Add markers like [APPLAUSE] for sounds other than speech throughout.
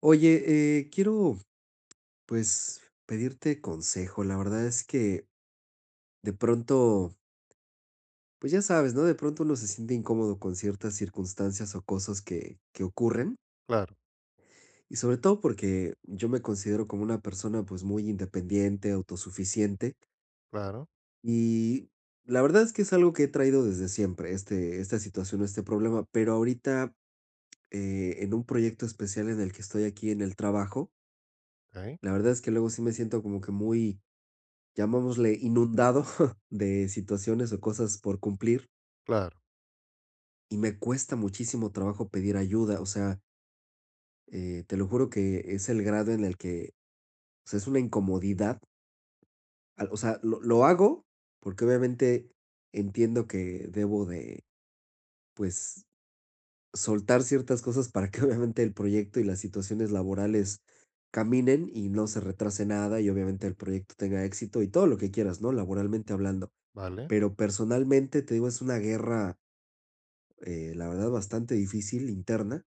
Oye, quiero, pues, pedirte consejo. La verdad es que de pronto, pues ya sabes, ¿no? De pronto uno se siente incómodo con ciertas circunstancias o cosas que ocurren. Claro, Y sobre todo porque yo me considero como una persona, pues, muy independiente, autosuficiente. claro, Y la verdad es que es algo que he traído desde siempre, este, esta situación, este problema. Pero ahorita, en un proyecto especial en el que estoy aquí en el trabajo, okey, la verdad es que luego sí me siento como que muy llamémosle, inundado [LAUGHS] de situaciones o cosas por cumplir claro, y me cuesta muchísimo trabajo pedir ayuda. O sea, te lo juro que es el grado en el que, o sea, es una incomodidad. O sea, lo hago porque obviamente entiendo que debo de, pues, soltar ciertas cosas para que [LAUGHS] obviamente el proyecto y las situaciones laborales caminen y no se retrase nada y obviamente el proyecto tenga éxito y todo lo que quieras, ¿no? Laboralmente hablando. vale, Pero personalmente, te digo, es una guerra la verdad, bastante difícil interna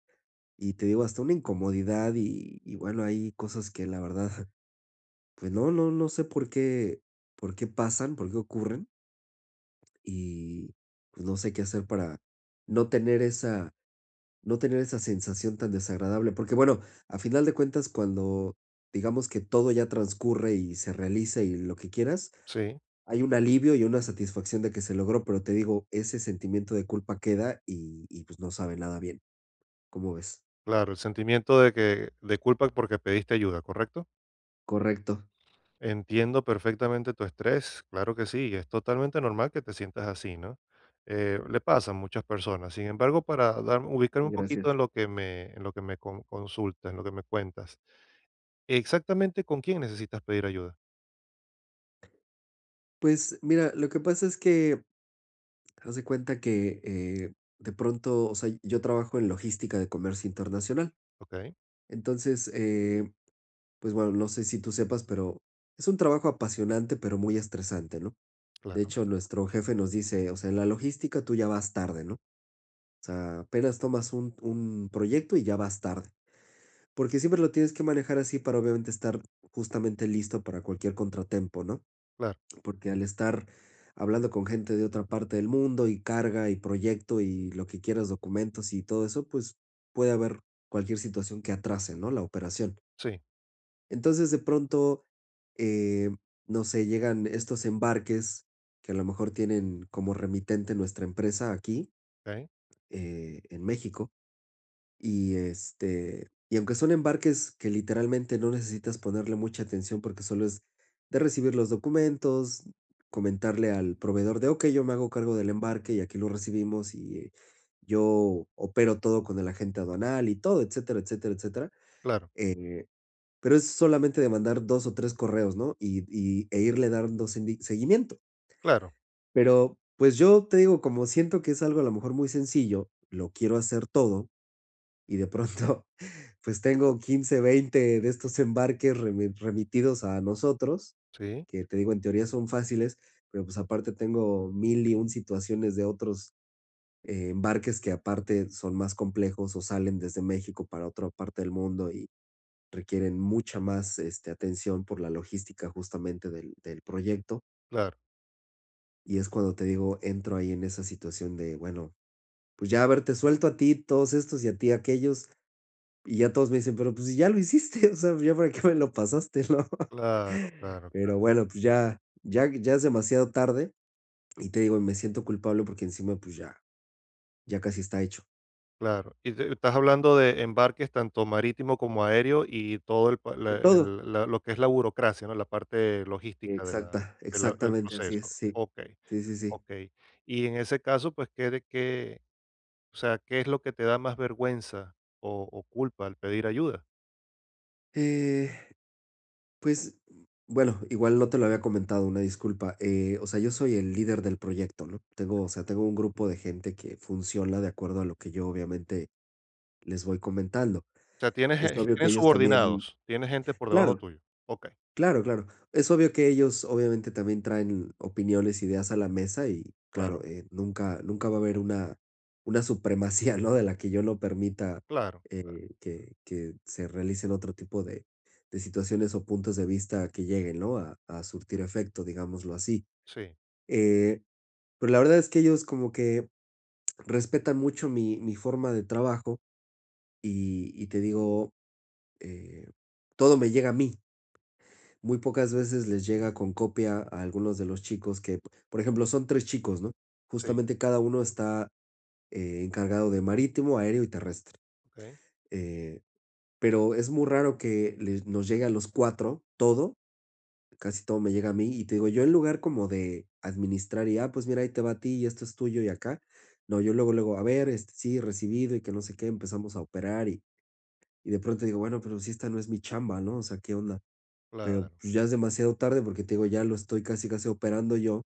y te digo, hasta una incomodidad y bueno, hay cosas que la verdad, [LAUGHS] pues no sé por qué pasan, por qué ocurren y pues no sé qué hacer para no tener esa, no tener esa sensación tan desagradable, porque bueno, a final de cuentas, cuando digamos que todo ya transcurre y se realiza y lo que quieras, sí, hay un alivio y una satisfacción de que se logró, pero te digo, ese sentimiento de culpa queda y pues no sabe nada bien. ¿Cómo ves? claro, el sentimiento de que de culpa porque pediste ayuda, ¿correcto? Correcto, Entiendo perfectamente tu estrés, claro que sí, es totalmente normal que te sientas así, ¿no? Le pasa a muchas personas. Sin embargo, para dar ubicarme un poquito en gracias. lo que me en lo que me en lo que me cuentas. Exactamente, ¿con quién necesitas pedir ayuda? Pues mira, lo que pasa es que haz de cuenta que de pronto, o sea, yo trabajo en logística de comercio internacional. Okey, Entonces, pues bueno, no sé si tú sepas, pero es un trabajo apasionante, pero muy estresante, ¿no? De claro, hecho, nuestro jefe nos dice, o sea, en la logística tú ya vas tarde, ¿no? O sea, apenas tomas un proyecto y ya vas tarde. Porque siempre lo tienes que manejar así para obviamente estar justamente listo para cualquier contratiempo, ¿no? claro, Porque al estar hablando con gente de otra parte del mundo y carga y proyecto y lo que quieras, documentos y todo eso, pues puede haber cualquier situación que atrase, ¿no? La operación. sí, Entonces, de pronto, eh, no sé, llegan estos embarques que a lo mejor tienen como remitente nuestra empresa aquí okey, en México y, este, y aunque son embarques que literalmente no necesitas ponerle mucha atención porque solo es de recibir los documentos, comentarle al proveedor de, ok, yo me hago cargo del embarque y aquí lo recibimos y yo opero todo con el agente aduanal y todo, etcétera, etcétera, etcétera. claro, Pero es solamente de mandar dos o tres correos, ¿no? E irle dando seguimiento. claro, Pero pues yo te digo, como siento que es algo a lo mejor muy sencillo, lo quiero hacer todo y de pronto, [LAUGHS] pues tengo 15 20 de estos embarques remitidos a nosotros, sí, que te digo, en teoría son fáciles, pero pues aparte tengo mil y un situaciones de otros embarques que aparte son más complejos o salen desde México para otra parte del mundo y requieren mucha más este, atención por la logística justamente del proyecto. claro, Y es cuando te digo, entro ahí en esa situación de, bueno, pues ya haberte suelto a ti todos estos y a ti aquellos. Y ya todos me dicen: "Pero, pues, si ya lo hiciste, [LAUGHS] o sea, ¿ya para qué me lo pasaste?", ¿no? claro, [LAUGHS] claro. Pero bueno, pues, ya es demasiado tarde, y te digo, me siento culpable porque encima, pues, ya ya casi está hecho. Claro, y te estás hablando de embarques tanto marítimo como aéreo y todo el pa la De todo. el la lo que es la burocracia, ¿no? La parte logística de la del Exactamente, así es, proceso. sí. Okey, Sí. okey. Y en ese caso, pues, ¿qué de qué o sea, ¿qué es lo que te da más vergüenza o culpa al pedir ayuda? Eh, pues, bueno, igual no te lo había comentado, una disculpa. O sea, yo soy el líder del proyecto, ¿no? Tengo, o sea, tengo un grupo de gente que funciona de acuerdo a lo que yo, obviamente, les voy comentando. O sea, ¿tienes Es je obvio que tienes ellos también subordinados? ¿Tienes gente por debajo claro. tuyo? Okey, Claro, claro. Es obvio que ellos obviamente también traen opiniones, ideas a la mesa y claro, claro, nunca va a haber una supremacía, [LAUGHS] ¿no? De la que yo no permita claro. Que se realicen otro tipo de situaciones o puntos de vista que lleguen, ¿no? A surtir efecto, digámoslo así. Sí, Eh, pero la verdad es que ellos como que respetan mucho mi forma de trabajo y te digo, eh, todo me llega a mí. Muy pocas veces les llega con copia a algunos de los chicos que, por ejemplo, son 3 chicos, ¿no? sí, Justamente cada uno está, encargado de marítimo, aéreo y terrestre, okey, eh, pero es muy raro que les nos llegue a los 4 todo, casi todo me llega a mí, y te digo, yo en lugar como de administrar y, ah, pues mira, ahí te va a ti y esto es tuyo y acá, no, yo luego, luego, a ver, este, sí, recibido y que no sé qué, empezamos a operar y de pronto digo, bueno, pero si esta no es mi chamba, ¿no? O sea, ¿qué onda? Pero, claro. pues, ya es demasiado tarde porque, te digo, ya lo estoy casi, casi operando yo,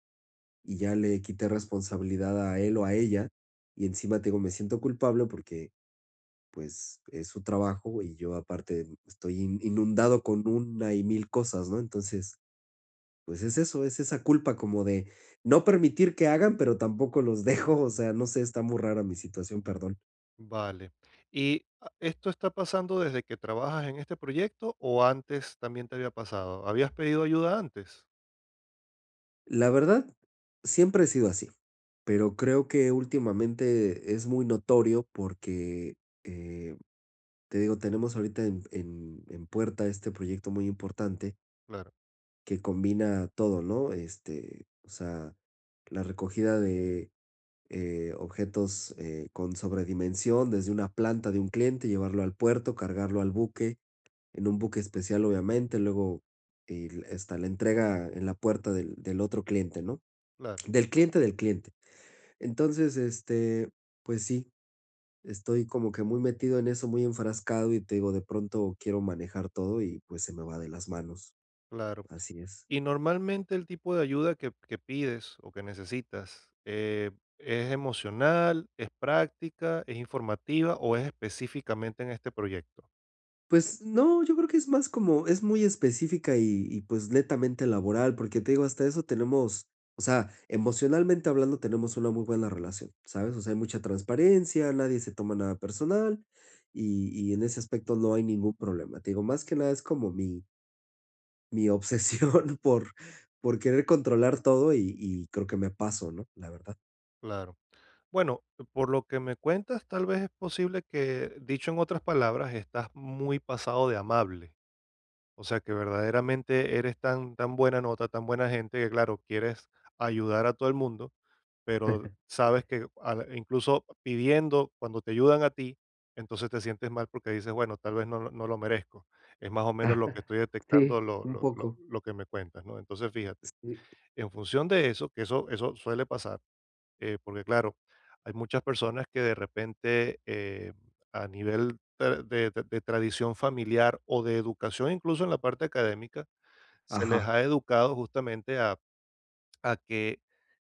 y ya le quité responsabilidad a él o a ella, y encima, te digo, me siento culpable porque, pues, es su trabajo y yo aparte estoy in inundado con una y mil cosas, ¿no? Entonces, pues, es eso, es esa culpa como de no permitir que hagan, pero tampoco los [LAUGHS] dejo, o sea, no sé, está muy rara mi situación, perdón. Vale. ¿Y esto está pasando desde que trabajas en este proyecto o antes también te había pasado? ¿Habías pedido ayuda antes? La verdad, siempre he sido así, pero creo que últimamente es muy notorio porque, eh te digo, tenemos ahorita en puerta este proyecto muy importante Claro, que combina todo, ¿no? Este, o sea, la recogida de objetos con sobredimensión desde una planta de un cliente, llevarlo al puerto, cargarlo al buque, en un buque especial, obviamente, luego está la entrega en la puerta del otro cliente, ¿no? claro, Del cliente del cliente. Entonces, este, pues sí. Estoy como que muy metido en eso, muy enfrascado y te digo, de pronto quiero manejar todo y pues se me va de las manos. claro. Así es. ¿Y normalmente el tipo de ayuda que pides o que necesitas, es emocional, es práctica, es informativa o es específicamente en este proyecto? Pues no, yo creo que es más como, es muy específica y pues netamente laboral, porque te digo, hasta eso tenemos, o sea, emocionalmente hablando tenemos una muy buena relación, ¿sabes? O sea, hay mucha transparencia, nadie se toma nada personal y en ese aspecto no hay ningún problema. Te digo, más que nada es como mi obsesión [LAUGHS] por querer controlar todo y creo que me paso, ¿no? La verdad. Claro. Bueno, por lo que me cuentas, tal vez es posible que, dicho en otras palabras, estás muy pasado de amable. O sea, que verdaderamente eres tan, tan buena nota, tan buena gente, que claro, quieres ayudar a todo el mundo, pero sabes que, incluso pidiendo, cuando te ayudan a ti, entonces te sientes mal porque dices, bueno, tal vez no, no lo merezco. Es más o menos Ah, lo que estoy sí, detectando, un poco. lo que me cuentas, ¿no? Entonces, fíjate, Sí, en función de eso, que eso suele pasar, porque claro, hay muchas personas que de repente, a nivel de, tradición familiar o de educación, incluso en la parte académica, se les ajá, ha educado justamente a que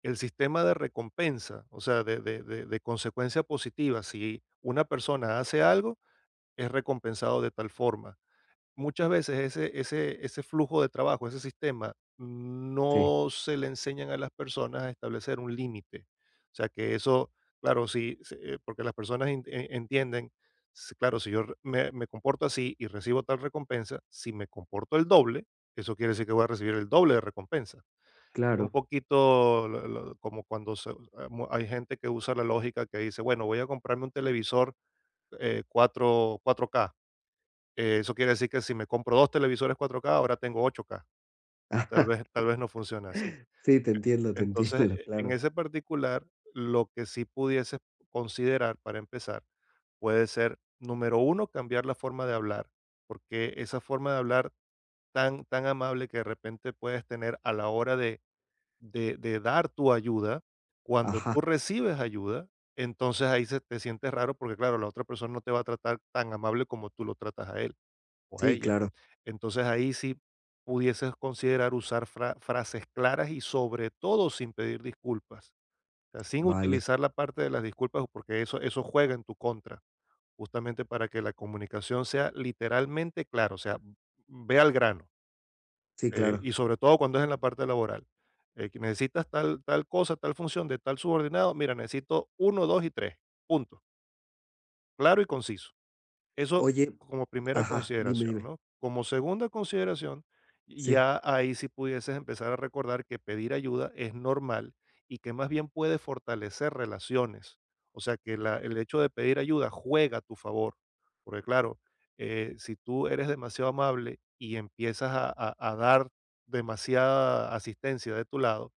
el sistema de recompensa, o sea, de consecuencia positiva, si una persona hace algo, es recompensado de tal forma. Muchas veces ese flujo de trabajo, ese sistema, sí, no se le enseñan a las personas a establecer un límite. O sea, que eso, claro, sí, se porque las personas en entienden, s claro, si yo re me me comporto así y recibo tal recompensa, si me comporto el doble, eso quiere decir que voy a recibir el doble de recompensa. Es un claro. poquito lo como cuando se, ah, mu hay gente que usa la lógica que dice: "Bueno, voy a comprarme un televisor, cuatro 4K". Eso quiere decir que si me compro 2 televisores 4K, ahora tengo 8K, [LAUGHS] y Ajá, tal vez no funciona así. sí, te Entonces, entiendo, en claro. ese particular, lo que sí pudieses considerar, para empezar, puede ser, número uno, cambiar la forma de hablar, porque esa forma de hablar tan tan amable que de repente puedes tener a la hora de dar tu ayuda, cuando Ajá, tú recibes ayuda, entonces ahí se te sientes raro porque, claro, la otra persona no te va a tratar tan amable como tú lo tratas a él o a sí, ella. claro, Entonces ahí sí pudieses considerar usar frases claras y sobre todo sin pedir disculpas, o sea, sin vale, utilizar la parte de las disculpas, porque eso juega en tu contra, justamente para que la comunicación sea literalmente clara, o sea, ve al grano sí, claro. y sobre todo cuando es en la parte laboral. Que necesitas tal, tal cosa, tal función de tal subordinado, mira, necesito uno, dos y tres, punto, claro y conciso. Eso Oye, como primera ajá, dime, consideración, dime. ¿no? Como segunda consideración, Sí, ya ahí sí pudieses empezar a recordar que pedir ayuda es normal y que más bien puede fortalecer relaciones. O sea, que, el hecho de pedir ayuda juega a tu favor. Porque claro, si tú eres demasiado amable y empiezas a dar demasiada asistencia de tu lado,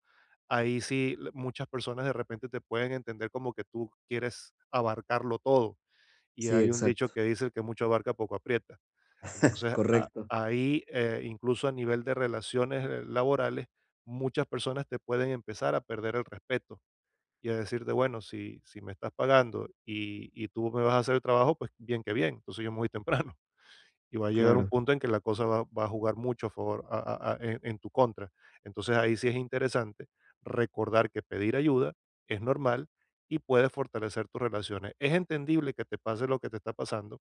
ahí sí, muchas personas de repente te pueden entender como que tú quieres abarcarlo todo, y sí, hay un dicho exacto, que dice: "El que mucho abarca, poco aprieta". [LAUGHS] Entonces, a correcto, ahí, incluso a nivel de relaciones, laborales, muchas personas te pueden empezar a perder el respeto y a decirte: "Bueno, si me estás pagando y tú me vas a hacer el trabajo, pues bien que bien, entonces yo me voy [LAUGHS] temprano". Y va a llegar un claro. punto en que la cosa va a jugar mucho a favor, a en tu contra. Entonces, ahí sí es interesante recordar que pedir ayuda es normal y puede fortalecer tus relaciones. Es entendible que te pase lo que te está pasando,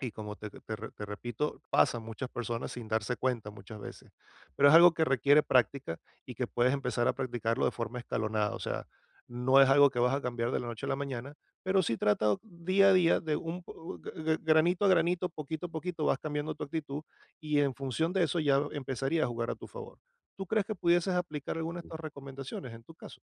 y como te repito, pasa a muchas personas sin darse cuenta muchas veces, pero es algo que requiere práctica y que puedes empezar a practicarlo de forma escalonada, o sea, no es algo que vas a cambiar de la noche a la mañana, pero sí, trata día a día, de un po g g granito a granito, poquito a poquito vas cambiando tu actitud y en función de eso ya empezaría a jugar a tu favor. ¿Tú crees que pudieses aplicar alguna de Vale. estas recomendaciones en tu caso?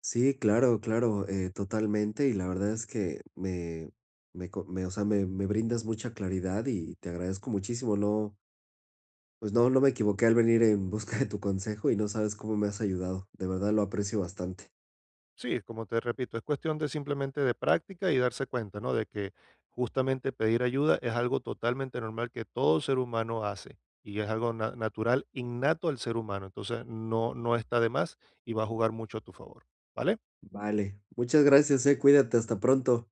Sí, claro, claro, totalmente. Y la verdad es que me, me, o sea, me brindas mucha claridad y te agradezco muchísimo. No, pues no me equivoqué al venir en busca de tu consejo y no sabes cómo me has ayudado. De verdad lo aprecio bastante. Sí, como te repito, es cuestión de simplemente de práctica y darse cuenta, ¿no? De que justamente pedir ayuda es algo totalmente normal que todo ser humano hace y es algo natural, innato al ser humano. Entonces, no, no está de más y va a jugar mucho a tu favor, ¿vale? Vale, muchas gracias, eh. Cuídate, hasta pronto.